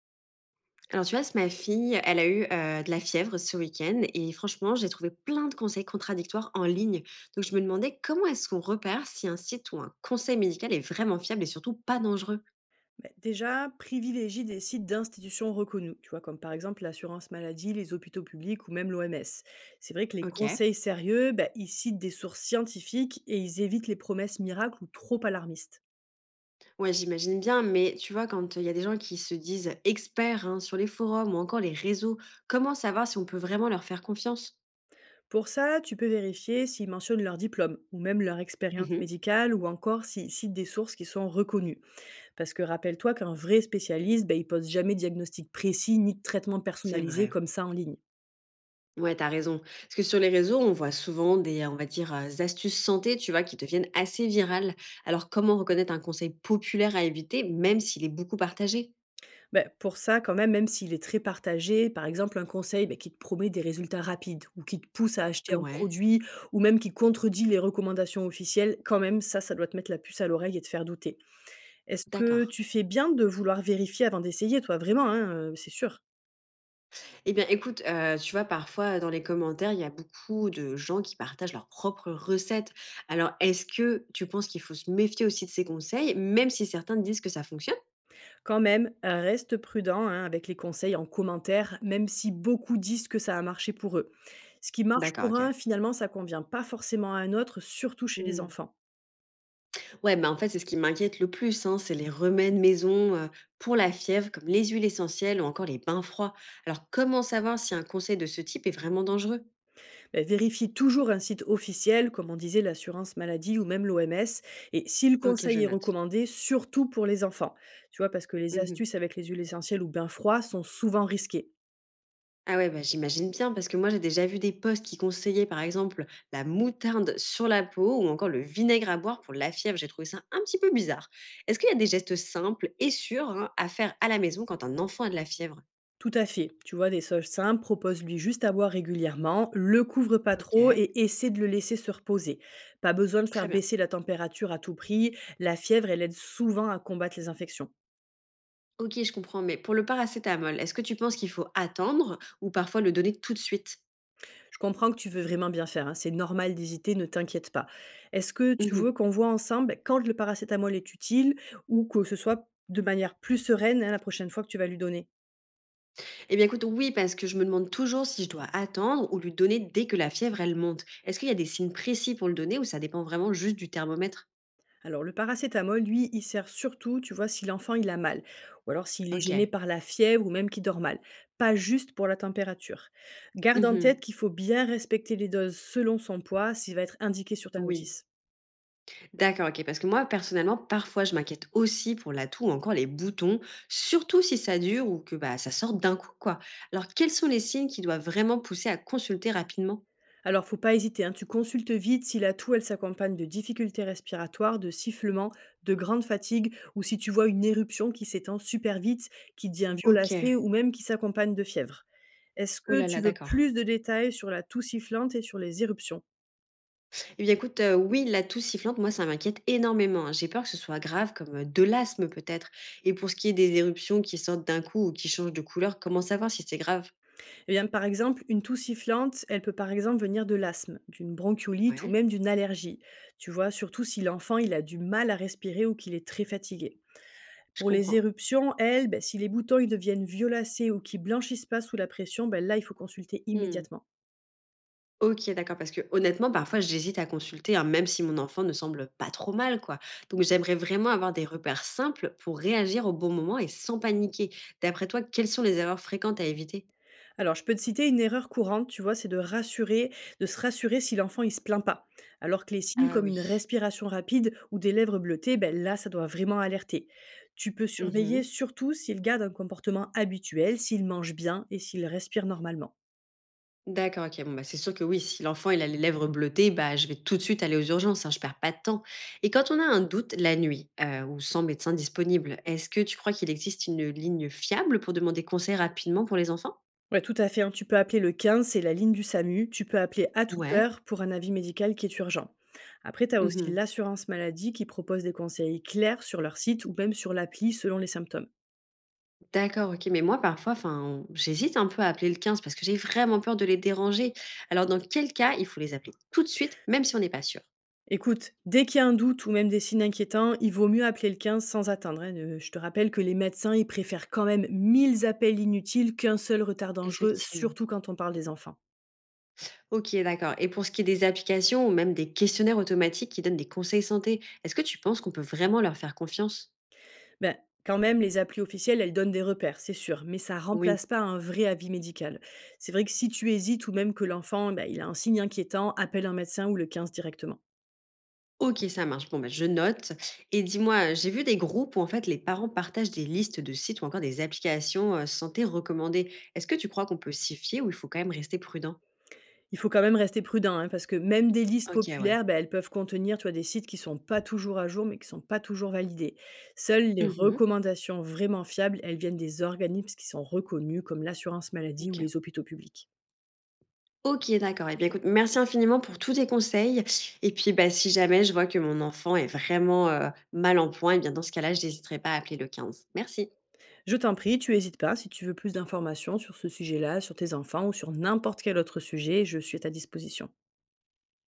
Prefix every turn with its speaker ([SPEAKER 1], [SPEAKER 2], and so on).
[SPEAKER 1] Alors tu vois, c'est ma fille, elle a eu, de la fièvre ce week-end et franchement, j'ai trouvé plein de conseils contradictoires en ligne. Donc je me demandais comment est-ce qu'on repère si un site ou un conseil médical est vraiment fiable et surtout pas dangereux?
[SPEAKER 2] Beh, déjà, privilégie des sites d'institutions reconnues, tu vois, comme par exemple l'assurance maladie, les hôpitaux publics ou même l'OMS. C'est vrai que les
[SPEAKER 1] OK.
[SPEAKER 2] conseils sérieux, bah, ils citent des sources scientifiques et ils évitent les promesses miracles ou trop alarmistes.
[SPEAKER 1] Ouais, j'imagine bien, mais tu vois, quand, il y a des gens qui se disent experts, hein, sur les forums ou encore les réseaux, comment savoir si on peut vraiment leur faire confiance?
[SPEAKER 2] Pour ça, tu peux vérifier s'ils mentionnent leur diplôme ou même leur expérience
[SPEAKER 1] Mmh.
[SPEAKER 2] médicale ou encore s'ils citent des sources qui sont reconnues. Parce que rappelle-toi qu'un vrai spécialiste, ben, il pose jamais de diagnostic précis ni de traitement
[SPEAKER 1] C'est
[SPEAKER 2] personnalisé
[SPEAKER 1] vrai.
[SPEAKER 2] comme ça en ligne.
[SPEAKER 1] Ouais, t'as raison. Parce que sur les réseaux, on voit souvent des, on va dire, astuces santé, tu vois, qui deviennent assez virales. Alors, comment reconnaître un conseil populaire à éviter, même s'il est beaucoup partagé?
[SPEAKER 2] Ben pour ça, quand même, même s'il est très partagé, par exemple, un conseil, beh, qui te promet des résultats rapides ou qui te pousse à acheter un
[SPEAKER 1] Ouais,
[SPEAKER 2] produit ou même qui contredit les recommandations officielles, quand même, ça doit te mettre la puce à l'oreille et te faire douter. Est-ce que
[SPEAKER 1] d'accord.
[SPEAKER 2] tu fais bien de vouloir vérifier avant d'essayer, toi? Vraiment, hein, c'est sûr.
[SPEAKER 1] Eh bien, écoute, tu vois, parfois, dans les commentaires, il y a beaucoup de gens qui partagent leurs propres recettes. Alors, est-ce que tu penses qu'il faut se méfier aussi de ces conseils, même si certains disent que ça fonctionne?
[SPEAKER 2] Quand même, reste prudent, hein, avec les conseils en commentaire, même si beaucoup disent que ça a marché pour eux. Ce qui marche
[SPEAKER 1] D'accord,
[SPEAKER 2] pour
[SPEAKER 1] OK.
[SPEAKER 2] un, finalement, ça convient pas forcément à un autre, surtout chez les
[SPEAKER 1] Mmh.
[SPEAKER 2] enfants.
[SPEAKER 1] Ouais, bah, en fait, c'est ce qui m'inquiète le plus, hein, c'est les remèdes maison pour la fièvre, comme les huiles essentielles ou encore les bains froids. Alors, comment savoir si un conseil de ce type est vraiment dangereux?
[SPEAKER 2] Bah, vérifie toujours un site officiel, comme on disait l'assurance maladie ou même l'OMS, et si le
[SPEAKER 1] Ok, je
[SPEAKER 2] conseil est
[SPEAKER 1] note.
[SPEAKER 2] recommandé, surtout pour les enfants. Tu vois, parce que les
[SPEAKER 1] Mhm.
[SPEAKER 2] astuces avec les huiles essentielles ou bains froids sont souvent risquées.
[SPEAKER 1] Ah ouais, bah, j'imagine bien, parce que moi, j'ai déjà vu des posts qui conseillaient, par exemple, la moutarde sur la peau ou encore le vinaigre à boire pour la fièvre. J'ai trouvé ça un petit peu bizarre. Est-ce qu'il y a des gestes simples et sûrs, hein, à faire à la maison quand un enfant a de la fièvre?
[SPEAKER 2] Tout à fait. Tu vois, des sols simples, propose-lui juste à boire régulièrement, le couvre pas trop
[SPEAKER 1] Ok,
[SPEAKER 2] et essaie de le laisser se reposer. Pas besoin de
[SPEAKER 1] très
[SPEAKER 2] faire
[SPEAKER 1] bien.
[SPEAKER 2] baisser la température à tout prix, la fièvre, elle aide souvent à combattre les infections.
[SPEAKER 1] OK, je comprends, mais pour le paracétamol, est-ce que tu penses qu'il faut attendre ou parfois le donner tout de suite?
[SPEAKER 2] Je comprends que tu veux vraiment bien faire, hein, c'est normal d'hésiter, ne t'inquiète pas. Est-ce que tu
[SPEAKER 1] Mmh.
[SPEAKER 2] veux qu'on voit ensemble quand le paracétamol est utile, ou que ce soit de manière plus sereine, hein, la prochaine fois que tu vas lui donner?
[SPEAKER 1] Eh bien écoute, oui, parce que je me demande toujours si je dois attendre ou lui donner dès que la fièvre, elle monte. Est-ce qu'il y a des signes précis pour le donner ou ça dépend vraiment juste du thermomètre?
[SPEAKER 2] Alors le paracétamol, lui, il sert surtout, tu vois, si l'enfant il a mal, ou alors s'il est gêné
[SPEAKER 1] OK.
[SPEAKER 2] par la fièvre ou même qu'il dort mal, pas juste pour la température. Garde en
[SPEAKER 1] Mmh.
[SPEAKER 2] tête qu'il faut bien respecter les doses selon son poids, s'il va être indiqué sur ta
[SPEAKER 1] Oui.
[SPEAKER 2] notice.
[SPEAKER 1] D'accord, OK, parce que moi, personnellement, parfois, je m'inquiète aussi pour la toux ou encore les boutons, surtout si ça dure ou que, bah, ça sort d'un coup, quoi. Alors, quels sont les signes qui doivent vraiment pousser à consulter rapidement?
[SPEAKER 2] Alors, faut pas hésiter, hein, tu consultes vite si la toux, elle s'accompagne de difficultés respiratoires, de sifflements, de grande fatigue, ou si tu vois une éruption qui s'étend super vite, qui devient violacée
[SPEAKER 1] OK.
[SPEAKER 2] ou même qui s'accompagne de fièvre. Est-ce
[SPEAKER 1] Oh
[SPEAKER 2] que
[SPEAKER 1] là
[SPEAKER 2] tu
[SPEAKER 1] là,
[SPEAKER 2] veux
[SPEAKER 1] d'accord.
[SPEAKER 2] plus de détails sur la toux sifflante et sur les éruptions?
[SPEAKER 1] Eh bien, écoute, oui, la toux sifflante, moi, ça m'inquiète énormément, hein. J'ai peur que ce soit grave comme, de l'asthme peut-être, et pour ce qui est des éruptions qui sortent d'un coup ou qui changent de couleur, comment savoir si c'est grave?
[SPEAKER 2] Eh bien, par exemple, une toux sifflante, elle peut par exemple venir de l'asthme, d'une bronchiolite ou
[SPEAKER 1] Ouais,
[SPEAKER 2] même d'une allergie. Tu vois, surtout si l'enfant, il a du mal à respirer ou qu'il est très fatigué.
[SPEAKER 1] je
[SPEAKER 2] Pour les
[SPEAKER 1] comprends.
[SPEAKER 2] éruptions, elles, beh, si les boutons ils deviennent violacés ou qu'ils blanchissent pas sous la pression, ben là, il faut consulter
[SPEAKER 1] Mmh.
[SPEAKER 2] immédiatement.
[SPEAKER 1] OK, d'accord, parce que honnêtement, parfois, j'hésite à consulter, hein, même si mon enfant ne semble pas trop mal, quoi. Donc j'aimerais vraiment avoir des repères simples pour réagir au bon moment et sans paniquer. D'après toi, quelles sont les erreurs fréquentes à éviter?
[SPEAKER 2] Alors, je peux te citer une erreur courante, tu vois, c'est de rassurer, de se rassurer si l'enfant il se plaint pas. Alors que les signes
[SPEAKER 1] Ah
[SPEAKER 2] comme une
[SPEAKER 1] oui.
[SPEAKER 2] respiration rapide ou des lèvres bleutées, ben là, ça doit vraiment alerter. Tu peux
[SPEAKER 1] Mmh.
[SPEAKER 2] surveiller surtout s'il garde un comportement habituel, s'il mange bien et s'il respire normalement.
[SPEAKER 1] D'accord, OK. Bon, bah, c'est sûr que oui, si l'enfant il a les lèvres bleutées, bah, je vais tout de suite aller aux urgences, hein, je perds pas de temps. Et quand on a un doute la nuit, ou sans médecin disponible, est-ce que tu crois qu'il existe une ligne fiable pour demander conseil rapidement pour les enfants?
[SPEAKER 2] Ouais, tout à fait, hein. Tu peux appeler le 15, c'est la ligne du SAMU. Tu peux appeler à toute
[SPEAKER 1] Ouais.
[SPEAKER 2] heure pour un avis médical qui est urgent. Après, tu as aussi
[SPEAKER 1] Mmh.
[SPEAKER 2] l'assurance maladie qui propose des conseils clairs sur leur site ou même sur l'appli selon les symptômes.
[SPEAKER 1] D'accord, OK. Mais moi parfois, enfin, j'hésite un peu à appeler le 15 parce que j'ai vraiment peur de les déranger. Alors dans quel cas il faut les appeler tout de suite, même si on n'est pas sûr?
[SPEAKER 2] Écoute, dès qu'il y a un doute ou même des signes inquiétants, il vaut mieux appeler le 15 sans attendre, hein. Je te rappelle que les médecins, ils préfèrent quand même 1000 appels inutiles qu'un seul retard dangereux,
[SPEAKER 1] Effectivement.
[SPEAKER 2] surtout quand on parle des enfants.
[SPEAKER 1] OK, d'accord, et pour ce qui est des applications ou même des questionnaires automatiques qui donnent des conseils santé, est-ce que tu penses qu'on peut vraiment leur faire confiance?
[SPEAKER 2] Ben, quand même, les applis officielles, elles donnent des repères, c'est sûr, mais ça
[SPEAKER 1] Oui.
[SPEAKER 2] remplace pas un vrai avis médical. C'est vrai que si tu hésites ou même que l'enfant, ben, il a un signe inquiétant, appelle un médecin ou le 15 directement.
[SPEAKER 1] OK, ça marche. Bon, bah, je note, et dis-moi, j'ai vu des groupes où en fait les parents partagent des listes de sites ou encore des applications, santé recommandées. Est-ce que tu crois qu'on peut s'y fier ou il faut quand même rester prudent?
[SPEAKER 2] Il faut quand même rester prudent, hein, parce que même des listes
[SPEAKER 1] OK, ouais.
[SPEAKER 2] populaires, ben, elles peuvent contenir, tu vois, des sites qui sont pas toujours à jour, mais qui sont pas toujours validés. Seules les
[SPEAKER 1] Mmh.
[SPEAKER 2] recommandations vraiment fiables, elles viennent des organismes qui sont reconnus, comme l'assurance maladie ou
[SPEAKER 1] OK.
[SPEAKER 2] les hôpitaux publics.
[SPEAKER 1] OK, d'accord et bien écoute, merci infiniment pour tous tes conseils et puis, bah, si jamais je vois que mon enfant est vraiment, mal en point et bien dans ce cas-là, je n'hésiterai pas à appeler le 15. Merci.
[SPEAKER 2] Je t'en prie, tu hésites pas. Si tu veux plus d'informations sur ce sujet-là, sur tes enfants ou sur n'importe quel autre sujet, je suis à ta disposition.